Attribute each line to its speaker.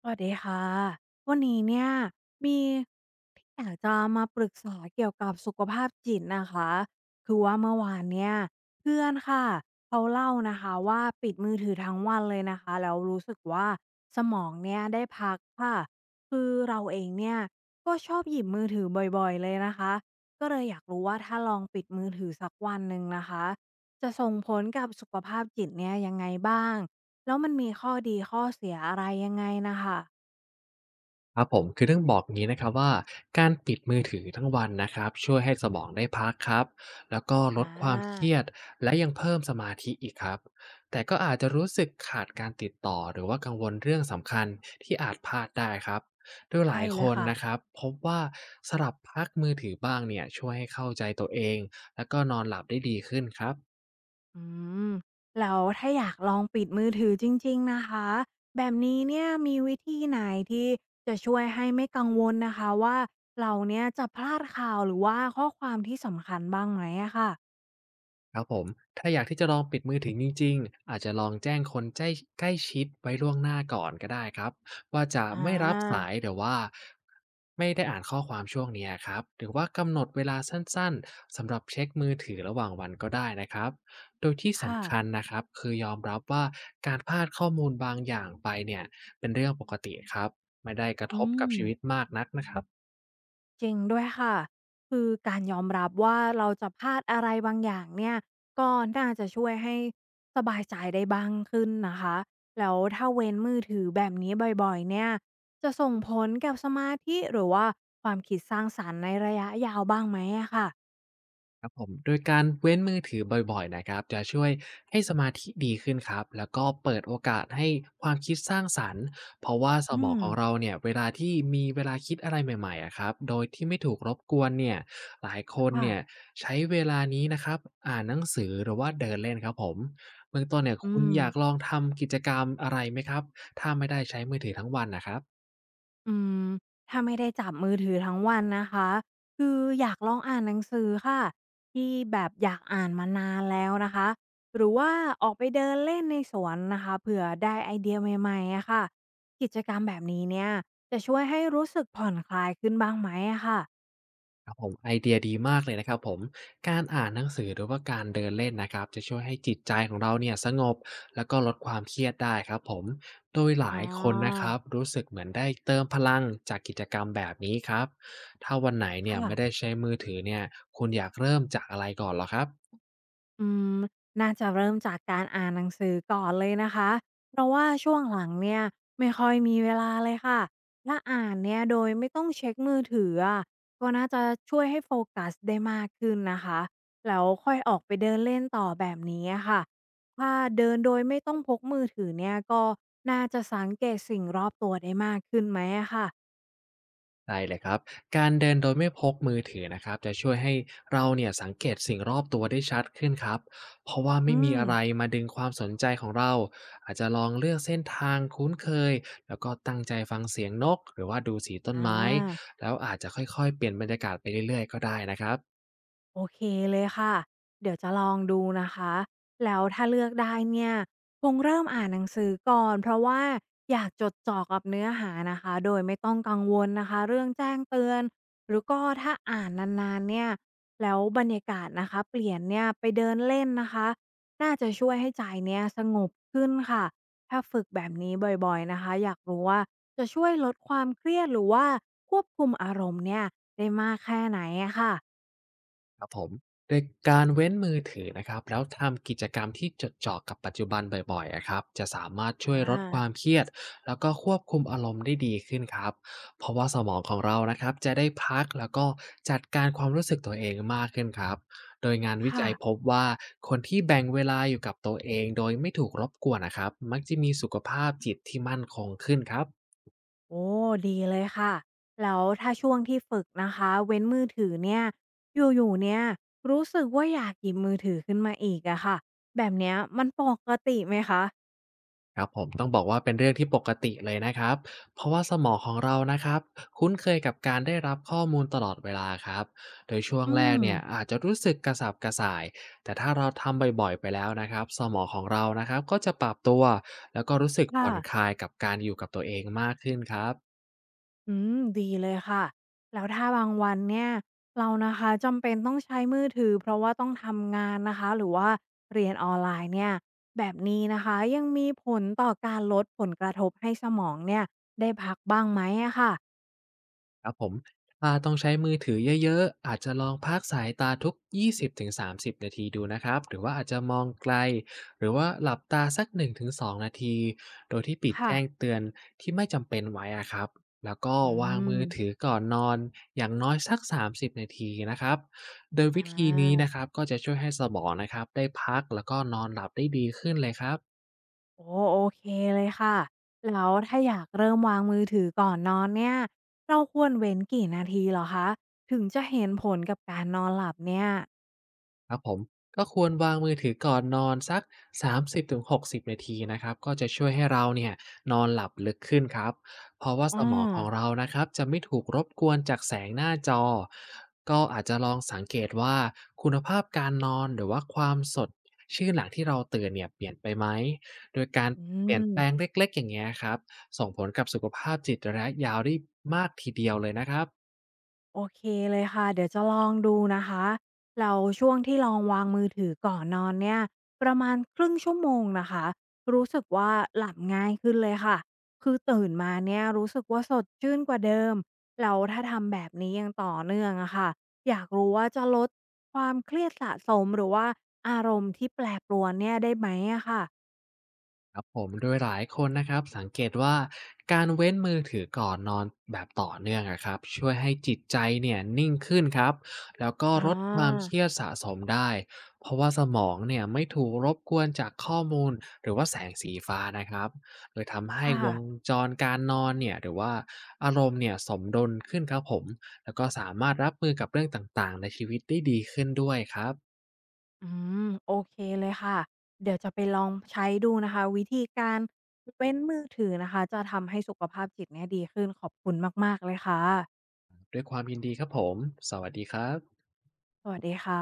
Speaker 1: สวัสดีค่ะวันนี้เนี่ยมีที่อยากจะมาปรึกษาเกี่ยวกับสุขภาพจิตนะคะคือว่าเมื่อวานเนี่ยเพื่อนค่ะเขาเล่านะคะว่าปิดมือถือทั้งวันเลยนะคะแล้วรู้สึกว่าสมองเนี่ยได้พักค่ะคือเราเองเนี่ยก็ชอบหยิบมือถือบ่อยๆเลยนะคะก็เลยอยากรู้ว่าถ้าลองปิดมือถือสักวันหนึ่งนะคะจะส่งผลกับสุขภาพจิตเนี่ยยังไงบ้าง แล้วมันมีข้อดีข้อเสียอะไรยังไงน่ะค่ะ
Speaker 2: ครับผมคือต้องบอกงี้นะครับว่าการปิดมือถือทั้งวันนะครับช่วยให้สมองได้พักครับแล้วก็ลด
Speaker 1: อา
Speaker 2: ความเครียดและยังเพิ่มสมาธิอีกครับแต่ก็อาจจะรู้สึกขาดการติดต่อหรือว่ากังวลเรื่องสำคัญที่อาจพลาดได้ครับโดยหลา
Speaker 1: ใช่
Speaker 2: ยค
Speaker 1: เลย
Speaker 2: น
Speaker 1: ค่ะ
Speaker 2: นะครับพบว่าสลับพักมือถือบ้างเนี่ยช่วยให้เข้าใจตัวเองแล้วก็นอนหลับได้ดีขึ้นครับ
Speaker 1: อืม แล้วถ้าอยากลองปิดมือถือจริงๆ นะคะ แบบนี้เนี่ยมีวิธีไหนที่จะช่วยให้ไม่กังวลนะคะว่าเราเนี่ยจะพลาดข่าวหรือว่าข้อความที่สำคัญบ้างไหมอะค่ะ
Speaker 2: ครับผมถ้าอยากที่จะลองปิดมือถือจริงๆอาจจะลองแจ้งคนใกล้ใกล้ชิดไว้ล่วงหน้าก่อนก็ได้ครับว่าจะ
Speaker 1: อา
Speaker 2: ไม่รับสายหรือว่าไม่ได้อ่านข้อความช่วงเนี้ยครับหรือว่ากำหนดเวลาสั้นๆสำหรับเช็กมือถือระหว่างวันก็ได้นะครับโดยที่
Speaker 1: ค่ะ
Speaker 2: สำคัญนะครับคือยอมรับว่าการพลาดข้อมูลบางอย่างไปเนี่ยเป็นเรื่องปกติครับไม่ได้กระ
Speaker 1: อื
Speaker 2: ทบกับชีวิต
Speaker 1: ม
Speaker 2: มากนักนะครับ
Speaker 1: จริงด้วยค่ะคือการยอมรับว่าเราจะพลาดอะไรบางอย่างเนี่ยก็น่าจะช่วยให้สบายใจได้บ้างขึ้นนะคะแล้วถ้าเว้นมือถือแบบนี้บ่อยๆเนี่ยจะส่งผลกับสมาธิหรือว่าความคิดสร้างสรรค์ในระยะยาวบ้างไหมอะค่ะ
Speaker 2: ครับผมโดยการเว้นมือถือบ่อยๆนะครับจะช่วยให้สมาธิดีขึ้นครับแล้วก็เปิดโอกาสให้ความคิดสร้างสรรค์เพราะว่าส
Speaker 1: อื
Speaker 2: มอง
Speaker 1: ม
Speaker 2: ของเราเนี่ยเวลาที่มีเวลาคิดอะไรใหม่ๆอะครับโดยที่ไม่ถูกรบกวนเนี่ยหลายคนเนี่ย
Speaker 1: ค่ะ
Speaker 2: ใช้เวลานี้นะครับอ่านหนังสือหรือว่าเดินเล่นครับผมเบื้องต้นเนี่ย
Speaker 1: อื
Speaker 2: คุณ
Speaker 1: ม
Speaker 2: อยากลองทำกิจกรรมอะไรไหมครับถ้าไม่ได้ใช้มือถือทั้งวันนะครับ
Speaker 1: อืมถ้าไม่ได้จับมือถือทั้งวันนะคะคืออยากลองอ่านหนังสือค่ะที่แบบอยากอ่านมานานแล้วนะคะหรือว่าออกไปเดินเล่นในสวนนะคะเผื่อได้ไอเดียใหม่ๆอะค่ะกิจกรรมแบบนี้เนี่ยจะช่วยให้รู้สึกผ่อนคลายขึ้นบ้างไหมอะค่ะ
Speaker 2: ครับผมไอเดียดีมากเลยนะครับผมการอ่านหนังสือหรือว่าการเดินเล่นนะครับจะช่วยให้จิตใจของเราเนี่ยสงบแล้วก็ลดความเครียดได้ครับผมโดยห
Speaker 1: อ๋อ
Speaker 2: ลายคนนะครับรู้สึกเหมือนได้เติมพลังจากกิจกรรมแบบนี้ครับถ้าวันไหนเนี่ย
Speaker 1: ค่ะ
Speaker 2: ไม่ได้ใช้มือถือเนี่ยคุณอยากเริ่มจากอะไรก่อนเหรอครับ
Speaker 1: อืมน่าจะเริ่มจากการอ่านหนังสือก่อนเลยนะคะเพราะว่าช่วงหลังเนี่ยไม่ค่อยมีเวลาเลยค่ะถ้าอ่านเนี่ยโดยไม่ต้องเช็คมือถืออะก็น่าจะช่วยให้โฟกัสได้มากขึ้นนะคะแล้วค่อยออกไปเดินเล่นต่อแบบนี้อะค่ะถ้าเดินโดยไม่ต้องพกมือถือเนี่ยก็น่าจะสังเกตสิ่งรอบตัวได้มากขึ้นไหมอะค่ะ
Speaker 2: ได้เลยครับ การเดินโดยไม่พกมือถือนะครับจะช่วยให้เราเนี่ยสังเกตสิ่งรอบตัวได้ชัดขึ้นครับ เพราะว่าไม่
Speaker 1: อื
Speaker 2: มี
Speaker 1: ม
Speaker 2: อะไรมาดึงความสนใจของเรา อาจจะลองเลือกเส้นทางคุ้นเคย แล้วก็ตั้งใจฟังเสียงนกหรือว่าดูสีต้น
Speaker 1: อ่
Speaker 2: ไม้
Speaker 1: า
Speaker 2: แล้วอาจจะค่อยๆเปลี่ยนบรรยากาศไปเรื่อยๆก็ได้นะครับ
Speaker 1: โอเคเลยค่ะ เดี๋ยวจะลองดูนะคะแล้วถ้าเลือกได้เนี่ยคงเริ่มอ่านหนังสือก่อนเพราะว่าอยากจดจ่อกับเนื้อหานะคะโดยไม่ต้องกังวลนะคะเรื่องแจ้งเตือนหรือก็ถ้าอ่านนานๆเนี่ยแล้วบรรยากาศนะคะเปลี่ยนเนี่ยไปเดินเล่นนะคะน่าจะช่วยให้ใจเนี่ยสงบขึ้นค่ะถ้าฝึกแบบนี้บ่อยๆนะคะอยากรู้ว่าจะช่วยลดความเครียดหรือว่าควบคุมอารมณ์เนี่ยได้มากแค่ไหนอะค่ะ
Speaker 2: ในการเว้นมือถือนะครับแล้วทำกิจกรรมที่จดจ่อกับปัจจุบันบ่อยๆอะครับจะสามารถ
Speaker 1: อ
Speaker 2: ช่วยลดความ
Speaker 1: า
Speaker 2: เครียดแล้วก็ควบคุมอารมณ์ได้ดีขึ้นครับเพราะว่าสมองของเรานะครับจะได้พักแล้วก็จัดการความรู้สึกตัวเองมากขึ้นครับโดยงานวิ
Speaker 1: ค่ะ
Speaker 2: จัยพบว่าคนที่แบ่งเวลาอยู่กับตัวเองโดยไม่ถูกรบกวนนะครับมักจะมีสุขภาพจิตที่มั่นคงขึ้นครับ
Speaker 1: โอ้ดีเลยค่ะแล้วถ้าช่วงที่ฝึกนะคะเว้นมือถือเนี่ยอยู่ๆเนี่ยรู้สึกว่าอยากหยิบมือถือขึ้นมาอีกอะค่ะแบบเนี้ยมันปกติไหมคะ
Speaker 2: ครับผมต้องบอกว่าเป็นเรื่องที่ปกติเลยนะครับเพราะว่าสมองของเรานะครับคุ้นเคยกับการได้รับข้อมูลตลอดเวลาครับโดยช่วง
Speaker 1: อื
Speaker 2: แรก
Speaker 1: ม
Speaker 2: เนี่ยอาจจะรู้สึกกระสับกระส่ายแต่ถ้าเราทำบ่อยๆไปแล้วนะครับสมองของเรานะครับก็จะปรับตัวแล้วก็รู้สึกผ่
Speaker 1: ค่ะ
Speaker 2: อนคลายกับการอยู่กับตัวเองมากขึ้นครับ
Speaker 1: อืมดีเลยค่ะแล้วถ้าบางวันเนี่ยเรานะคะจำเป็นต้องใช้มือถือเพราะว่าต้องทำงานนะคะหรือว่าเรียนออนไลน์เนี่ยแบบนี้นะคะยังมีผลต่อการลดผลกระทบให้สมองเนี่ยได้พักบ้างไหมอะค่ะ
Speaker 2: ครับผมถ้าต้องใช้มือถือเยอะๆ อาจจะลองพักสายตาทุก20-30นาทีดูนะครับ หรือว่าอาจจะมองไกล หรือว่าหลับตาสัก1-2นงถึงสองนาที โดยที่ปิด
Speaker 1: ค่ะ
Speaker 2: แจ้งเตือนที่ไม่จำเป็นไว้อะครับแล้วก็
Speaker 1: อื
Speaker 2: วางมื
Speaker 1: ม
Speaker 2: อถือก่อนนอนอย่างน้อยสัก30นาทีนะครับโดย
Speaker 1: อ
Speaker 2: วิธีนี้นะ
Speaker 1: า
Speaker 2: ครับก็จะช่วยให้สมองนะครับได้พักแล้วก็นอนหลับได้ดีขึ้นเลยครับ
Speaker 1: โอ้โอเคเลยค่ะ แล้วถ้าอยากเริ่มวางมือถือก่อนนอนเนี่ย เราควรเว้นกี่นาทีเหรอคะ ถึงจะเห็นผลกับการนอนหลับเนี่ย
Speaker 2: ครับผมก็ควรวางมือถือก่อนนอนสัก30-60นาทีนะครับก็จะช่วยให้เราเนี่ยนอนหลับลึกขึ้นครับเพราะว่าส
Speaker 1: อ้อ
Speaker 2: มองของเรานะครับจะไม่ถูกรบกวนจากแสงหน้าจอก็อาจจะลองสังเกตว่าคุณภาพการนอนหรือว่าความสดชื่นหลังที่เราตื่นเนี่ยเปลี่ยนไปไหมโดยการ
Speaker 1: อื
Speaker 2: เปลี่ยนแปลง
Speaker 1: ม
Speaker 2: เล็กๆอย่างเงี้ยครับส่งผลกับสุขภาพจิตระยะยาวได้มากทีเดียวเลยนะครับ
Speaker 1: โอเคเลยค่ะเดี๋ยวจะลองดูนะคะเราช่วงที่ลองวางมือถือก่อนนอนเนี่ยประมาณครึ่งชั่วโมงนะคะรู้สึกว่าหลับง่ายขึ้นเลยค่ะคือตื่นมาเนี่ยรู้สึกว่าสดชื่นกว่าเดิมแล้วถ้าทำแบบนี้ยังต่อเนื่องอะค่ะอยากรู้ว่าจะลดความเครียดสะสมหรือว่าอารมณ์ที่แปรปรวนเนี่ยได้ไหมอะค่ะ
Speaker 2: ครับผมโดยหลายคนนะครับสังเกตว่าการเว้นมือถือก่อนนอนแบบต่อเนื่องอะครับช่วยให้จิตใจเนี่ยนิ่งขึ้นครับแล้วก็ล
Speaker 1: อา
Speaker 2: ดความเครียดสะสมได้เพราะว่าสมองเนี่ยไม่ถูกรบกวนจากข้อมูลหรือว่าแสงสีฟ้านะครับโดยทำให้
Speaker 1: ค่ะ
Speaker 2: วงจรการนอนเนี่ยหรือว่าอารมณ์เนี่ยสมดุลขึ้นครับผมแล้วก็สามารถรับมือกับเรื่องต่างๆในชีวิตได้ดีขึ้นด้วยครับ
Speaker 1: อืมโอเคเลยค่ะเดี๋ยวจะไปลองใช้ดูนะคะวิธีการเว้นมือถือนะคะจะทำให้สุขภาพจิตเนี่ยดีขึ้นขอบคุณมากๆเลยค่ะ
Speaker 2: ด้วยความยินดีครับผมสวัสดีครับ
Speaker 1: สวัสดีค่ะ